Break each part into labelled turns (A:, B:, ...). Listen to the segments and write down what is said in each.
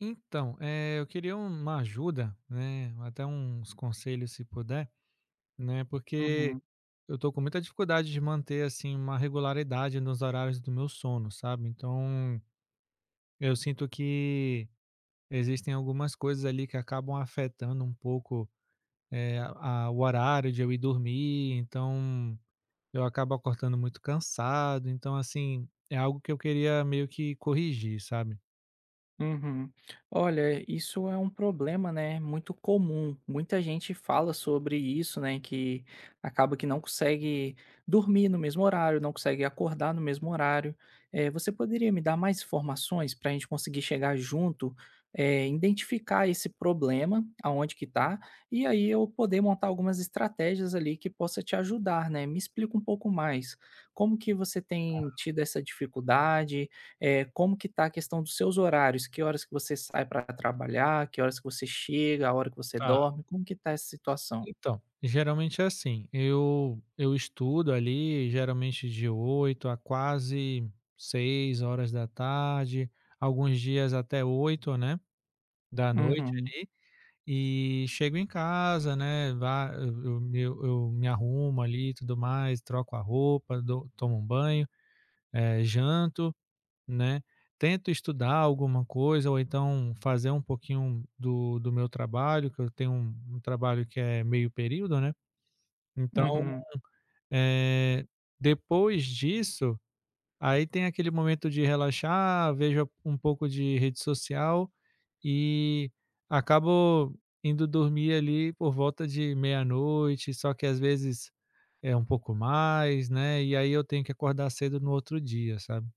A: Então, eu queria uma ajuda, né, até uns conselhos se puder, né, porque
B: Uhum,
A: eu tô com muita dificuldade de manter, assim, uma regularidade nos horários do meu sono, sabe. Então, eu sinto que existem algumas coisas ali que acabam afetando um pouco, a o horário de eu ir dormir, então eu acabo acordando muito cansado, então, assim, é algo que eu queria meio que corrigir, sabe.
B: uhum. Olha, isso é um problema, né, muito comum. Muita gente fala sobre isso, né, que acaba que não consegue dormir no mesmo horário, não consegue acordar no mesmo horário. Você poderia me dar mais informações para a gente conseguir chegar junto, identificar esse problema, aonde que tá, e aí eu poder montar algumas estratégias ali que possa te ajudar, né? Me explica um pouco mais. Como que você tem tido essa dificuldade? É como que está a questão dos seus horários? Que horas que você sai para trabalhar? Que horas que você chega? A hora que você dorme? Como que está essa situação?
A: Então, geralmente é assim, eu estudo ali geralmente de 8 a quase 6 horas da tarde, alguns dias até 8, né, da, uhum, noite
B: Uhum,
A: ali, e chego em casa, né, vá, eu me arrumo ali e tudo mais, troco a roupa, dou tomo um banho, janto, né, tento estudar alguma coisa ou então fazer um pouquinho do meu trabalho, que eu tenho um trabalho que é meio período, né. Então,
B: uhum.
A: eh, depois disso, aí tem aquele momento de relaxar, vejo um pouco de rede social e acabo indo dormir ali por volta de meia-noite, só que às vezes é um pouco mais, né, e aí eu tenho que acordar cedo no outro dia, sabe.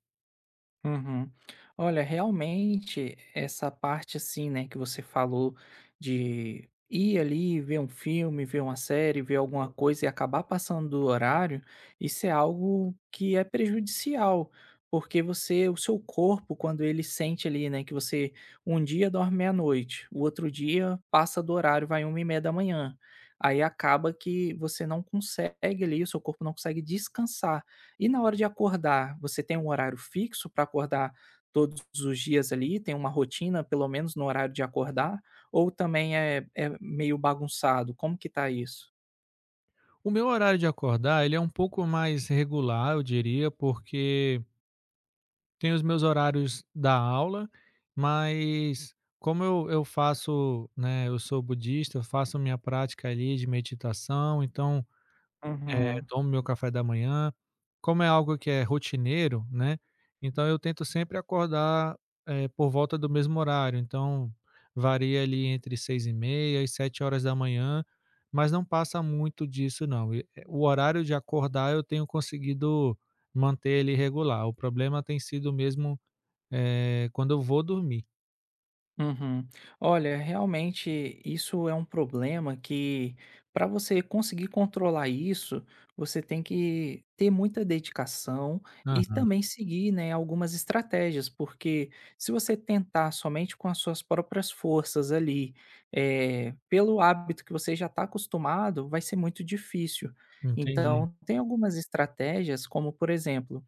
B: Uhum. Olha, realmente, essa parte assim, né, que você falou de ir ali ver um filme, ver uma série, ver alguma coisa e acabar passando do horário, isso é algo que é prejudicial, porque você, o seu corpo, quando ele sente ali, né, que você um dia dorme meia-noite, o outro dia passa do horário, vai 1h30 da manhã. Aí acaba que você não consegue ali, o seu corpo não consegue descansar. E na hora de acordar, você tem um horário fixo para acordar todos os dias ali? Tem uma rotina, pelo menos no horário de acordar? Ou também é meio bagunçado? Como que tá isso?
A: O meu horário de acordar, ele é um pouco mais regular, eu diria, porque tenho os meus horários da aula, mas como eu faço, né, eu sou budista, eu faço minha prática ali de meditação, então,
B: Uhum.
A: tomo meu café da manhã. Como é algo que é rotineiro, né, então eu tento sempre acordar, por volta do mesmo horário, então varia ali entre 6h30 e 7 horas da manhã, mas não passa muito disso não. E, o horário de acordar eu tenho conseguido manter ele regular, o problema tem sido mesmo quando eu vou dormir.
B: Uhum. Olha, realmente isso é um problema que, para você conseguir controlar isso, você tem que ter muita dedicação e
A: Aham,
B: também seguir, né, algumas estratégias, porque se você tentar somente com as suas próprias forças ali, pelo hábito que você já está acostumado, vai ser muito difícil.
A: entendi.
B: Então, tem algumas estratégias, como por exemplo,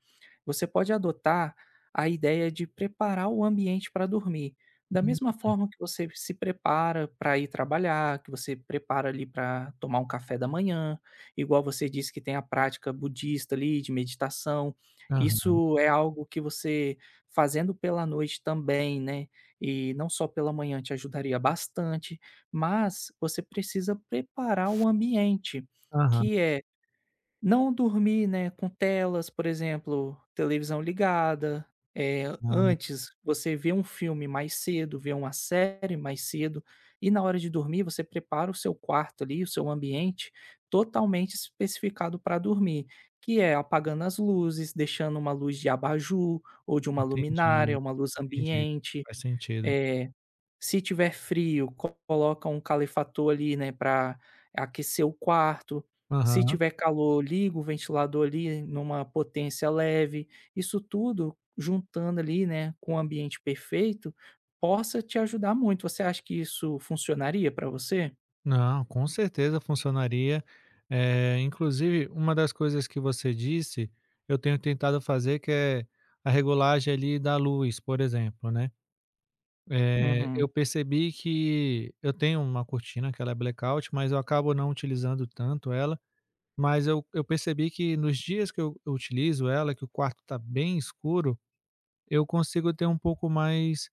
B: você pode adotar a ideia de preparar o ambiente para dormir. Da
A: Hum,
B: mesma forma que você se prepara para ir trabalhar, que você prepara ali para tomar um café da manhã, igual você disse que tem a prática budista ali de meditação,
A: aham,
B: isso é algo que você fazendo pela noite também, né, e não só pela manhã te ajudaria bastante, mas você precisa preparar o ambiente,
A: aham,
B: que é não dormir, né, com telas, por exemplo, televisão ligada,
A: hã,
B: antes você vê um filme mais cedo, vê uma série mais cedo, e na hora de dormir você prepara o seu quarto ali, o seu ambiente, totalmente especificado para dormir, que é apagando as luzes, deixando uma luz de abajur, ou de uma luminária,
A: entendi,
B: uma luz
A: entendi.
B: ambiente,
A: Faz sentido.
B: eh se tiver frio, coloca um calefator ali, né, para aquecer o quarto. Se
A: Aham.
B: tiver calor, liga o ventilador ali numa potência leve. Isso tudo juntando ali, né, com o ambiente perfeito, possa te ajudar muito. Você acha que isso funcionaria para você?
A: Não, com certeza funcionaria. Inclusive, uma das coisas que você disse, eu tenho tentado fazer, que é a regulagem ali da luz, por exemplo, né.
B: Uhum.
A: Eu percebi que eu tenho uma cortina que ela é blackout, mas eu acabo não utilizando tanto ela. Mas eu percebi que nos dias que eu utilizo ela, que o quarto está bem escuro, eu consigo ter um pouco mais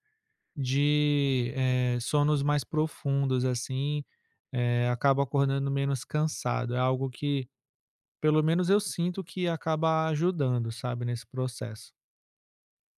A: de, sonos mais profundos, assim, acabo acordando menos cansado. É algo que, pelo menos eu sinto que acaba ajudando, sabe, nesse processo.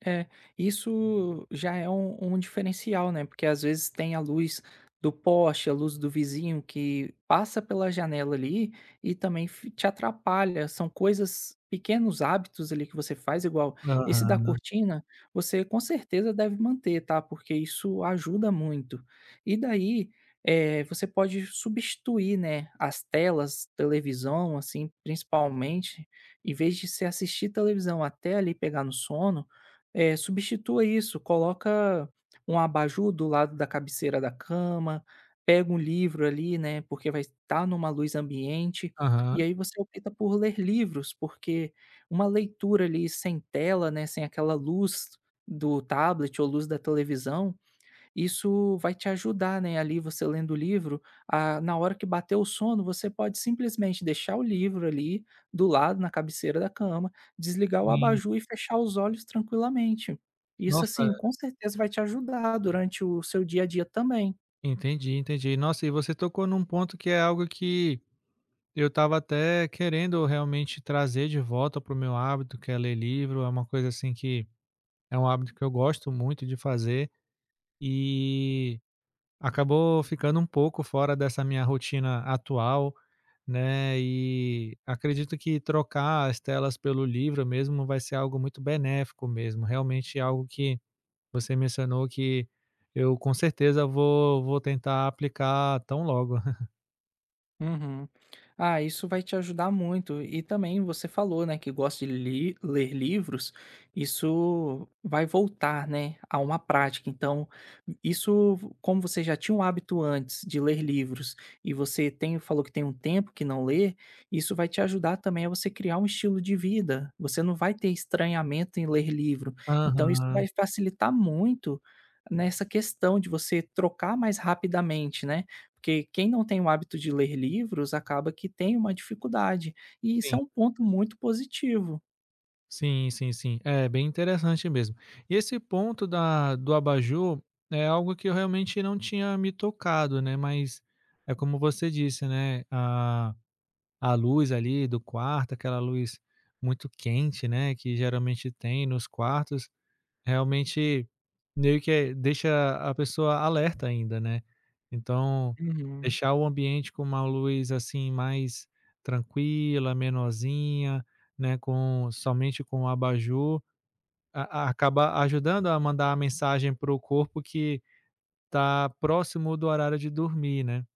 B: É, isso já é um diferencial, né, porque às vezes tem a luz do poste, a luz do vizinho que passa pela janela ali e também fi te atrapalha, são coisas pequenos hábitos ali que você faz, igual esse da
A: Aham,
B: cortina, você com certeza deve manter, tá, porque isso ajuda muito. E daí, você pode substituir, né, as telas, televisão, assim, principalmente, em vez de se assistir televisão até ali pegar no sono, é, substitua isso, coloca um abajur do lado da cabeceira da cama, pega um livro ali, né, porque vai estar numa luz ambiente,
A: aham,
B: e aí você opta por ler livros, porque uma leitura ali sem tela, né, sem aquela luz do tablet ou luz da televisão, isso vai te ajudar, né, ali você lendo o livro, a na hora que bater o sono, você pode simplesmente deixar o livro ali do lado, na cabeceira da cama, desligar o
A: sim.
B: abajur e fechar os olhos tranquilamente. Isso,
A: Nossa,
B: assim, com certeza vai te ajudar durante o seu dia a dia também.
A: entendi, entendi. Nossa, e você tocou num ponto que é algo que eu estava até querendo realmente trazer de volta para o meu hábito, que é ler livro. É uma coisa assim que é um hábito que eu gosto muito de fazer e acabou ficando um pouco fora dessa minha rotina atual, né? E acredito que trocar as telas pelo livro mesmo vai ser algo muito benéfico mesmo. Realmente algo que você mencionou que eu com certeza vou tentar aplicar tão logo.
B: Uhum. Ah, isso vai te ajudar muito. E também você falou, né, que gosta de ler livros, isso vai voltar, né, a uma prática. Então, isso, como você já tinha um hábito antes de ler livros e você tem, falou que tem um tempo que não lê, isso vai te ajudar também a você criar um estilo de vida. Você não vai ter estranhamento em ler livro. Então, isso
A: Aham,
B: vai facilitar muito nessa questão de você trocar mais rapidamente, né? Porque quem não tem o hábito de ler livros acaba que tem uma dificuldade, e isso
A: sim.
B: é um ponto muito positivo.
A: Sim, sim, sim. É bem interessante mesmo. E esse ponto da do abajur é algo que eu realmente não tinha me tocado, né, mas é como você disse, né, a luz ali do quarto, aquela luz muito quente, né, que geralmente tem nos quartos, realmente, meio que deixa a pessoa alerta ainda, né. Então,
B: Uhum.
A: deixar o ambiente com uma luz, assim, mais tranquila, menorzinha, né, com somente com o abajur, a acaba ajudando a mandar a mensagem para o corpo que tá próximo do horário de dormir, né.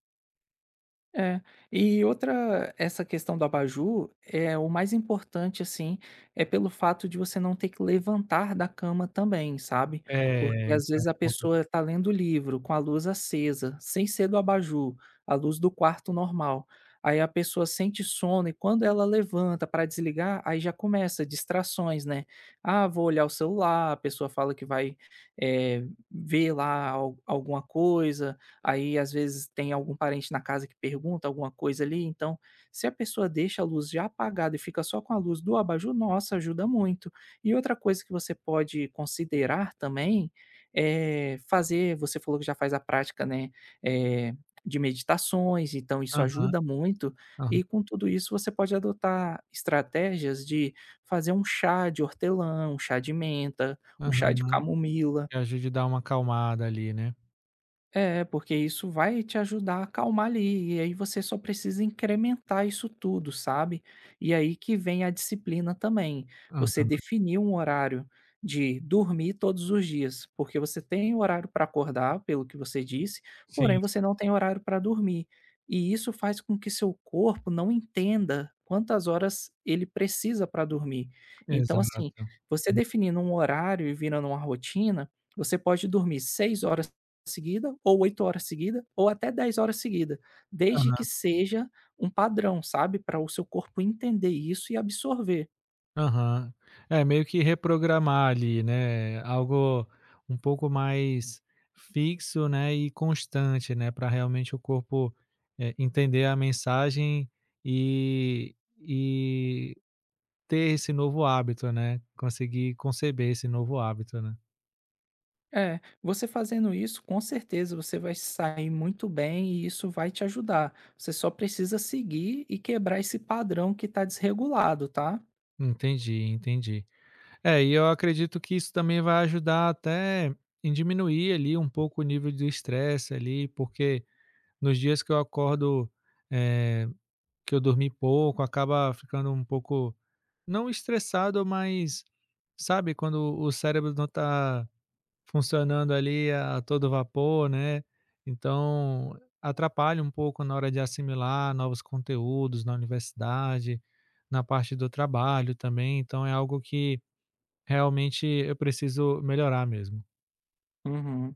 B: É. E outra essa questão do abajur, é o mais importante, assim, é pelo fato de você não ter que levantar da cama também, sabe.
A: É,
B: Porque
A: esse
B: às
A: é um
B: vezes a
A: ponto.
B: pessoa tá lendo o livro com a luz acesa, sem ser do abajur, a luz do quarto normal. Aí a pessoa sente sono e quando ela levanta para desligar, aí já começa distrações, né. "Ah, vou olhar o celular", a pessoa fala que vai, eh, ver lá al alguma coisa. Aí, às vezes, tem algum parente na casa que pergunta alguma coisa ali, então, se a pessoa deixa a luz já apagada e fica só com a luz do abajur, nossa, ajuda muito. E outra coisa que você pode considerar também é fazer você falou que já faz a prática, né, eh, de meditações, então isso
A: Aham,
B: ajuda muito.
A: aham,
B: E com tudo isso, você pode adotar estratégias de fazer um chá de hortelã, um chá de menta, um chá de
A: aham.
B: camomila.
A: Que ajude a dar uma acalmada ali, né.
B: É, porque isso vai te ajudar a acalmar ali, e aí você só precisa incrementar isso tudo, sabe? E aí que vem a disciplina também. Você
A: Aham.
B: definir um horário de dormir todos os dias, porque você tem horário para acordar, pelo que você disse,
A: Sim,
B: porém você não tem horário para dormir. E isso faz com que seu corpo não entenda quantas horas ele precisa para dormir. Então, assim,
A: exato.
B: você
A: Uhum.
B: definindo um horário e virando uma rotina, você pode dormir 6 horas seguida, ou 8 horas seguida, ou até 10 horas seguida, desde que
A: Aham.
B: seja um padrão, sabe, para o seu corpo entender isso e absorver.
A: Aham. É, meio que reprogramar ali, né, algo um pouco mais fixo, né, e constante, né, para realmente o corpo, entender a mensagem e e ter esse novo hábito, né, conseguir conceber esse novo hábito, né.
B: É, você fazendo isso, com certeza você vai sair muito bem e isso vai te ajudar. Você só precisa seguir e quebrar esse padrão que está desregulado, tá?
A: Entendi, entendi. É, e eu acredito que isso também vai ajudar até em diminuir ali um pouco o nível de estresse ali, porque nos dias que eu acordo, eh que eu dormi pouco, acaba ficando um pouco, não estressado, mas sabe quando o cérebro não está funcionando ali a todo vapor, né. Então, atrapalha um pouco na hora de assimilar novos conteúdos na universidade, na parte do trabalho também, então é algo que realmente eu preciso melhorar mesmo.
B: Uhum.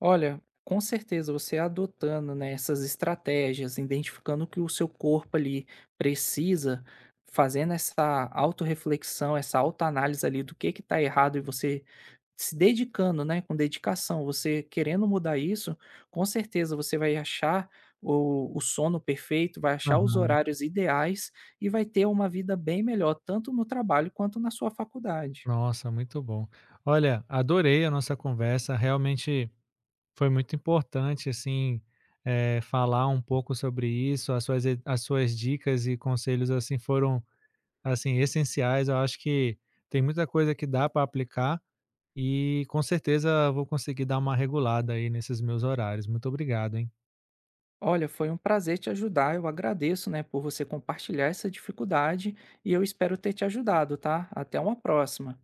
B: Olha, com certeza você adotando, né, essas estratégias, identificando o que o seu corpo ali precisa, fazendo essa autorreflexão, essa autoanálise ali do que tá errado e você se dedicando, né, com dedicação, você querendo mudar isso, com certeza você vai achar o sono perfeito, vai achar os
A: Aham.
B: horários ideais e vai ter uma vida bem melhor, tanto no trabalho quanto na sua faculdade.
A: Nossa, muito bom. Olha, adorei a nossa conversa, realmente foi muito importante, assim, falar um pouco sobre isso, as suas dicas e conselhos, assim, foram, assim, essenciais. Eu acho que tem muita coisa que dá para aplicar e com certeza vou conseguir dar uma regulada aí nesses meus horários. Muito obrigado, hein.
B: Olha, foi um prazer te ajudar. Eu agradeço, né, por você compartilhar essa dificuldade e eu espero ter te ajudado, tá? Até uma próxima.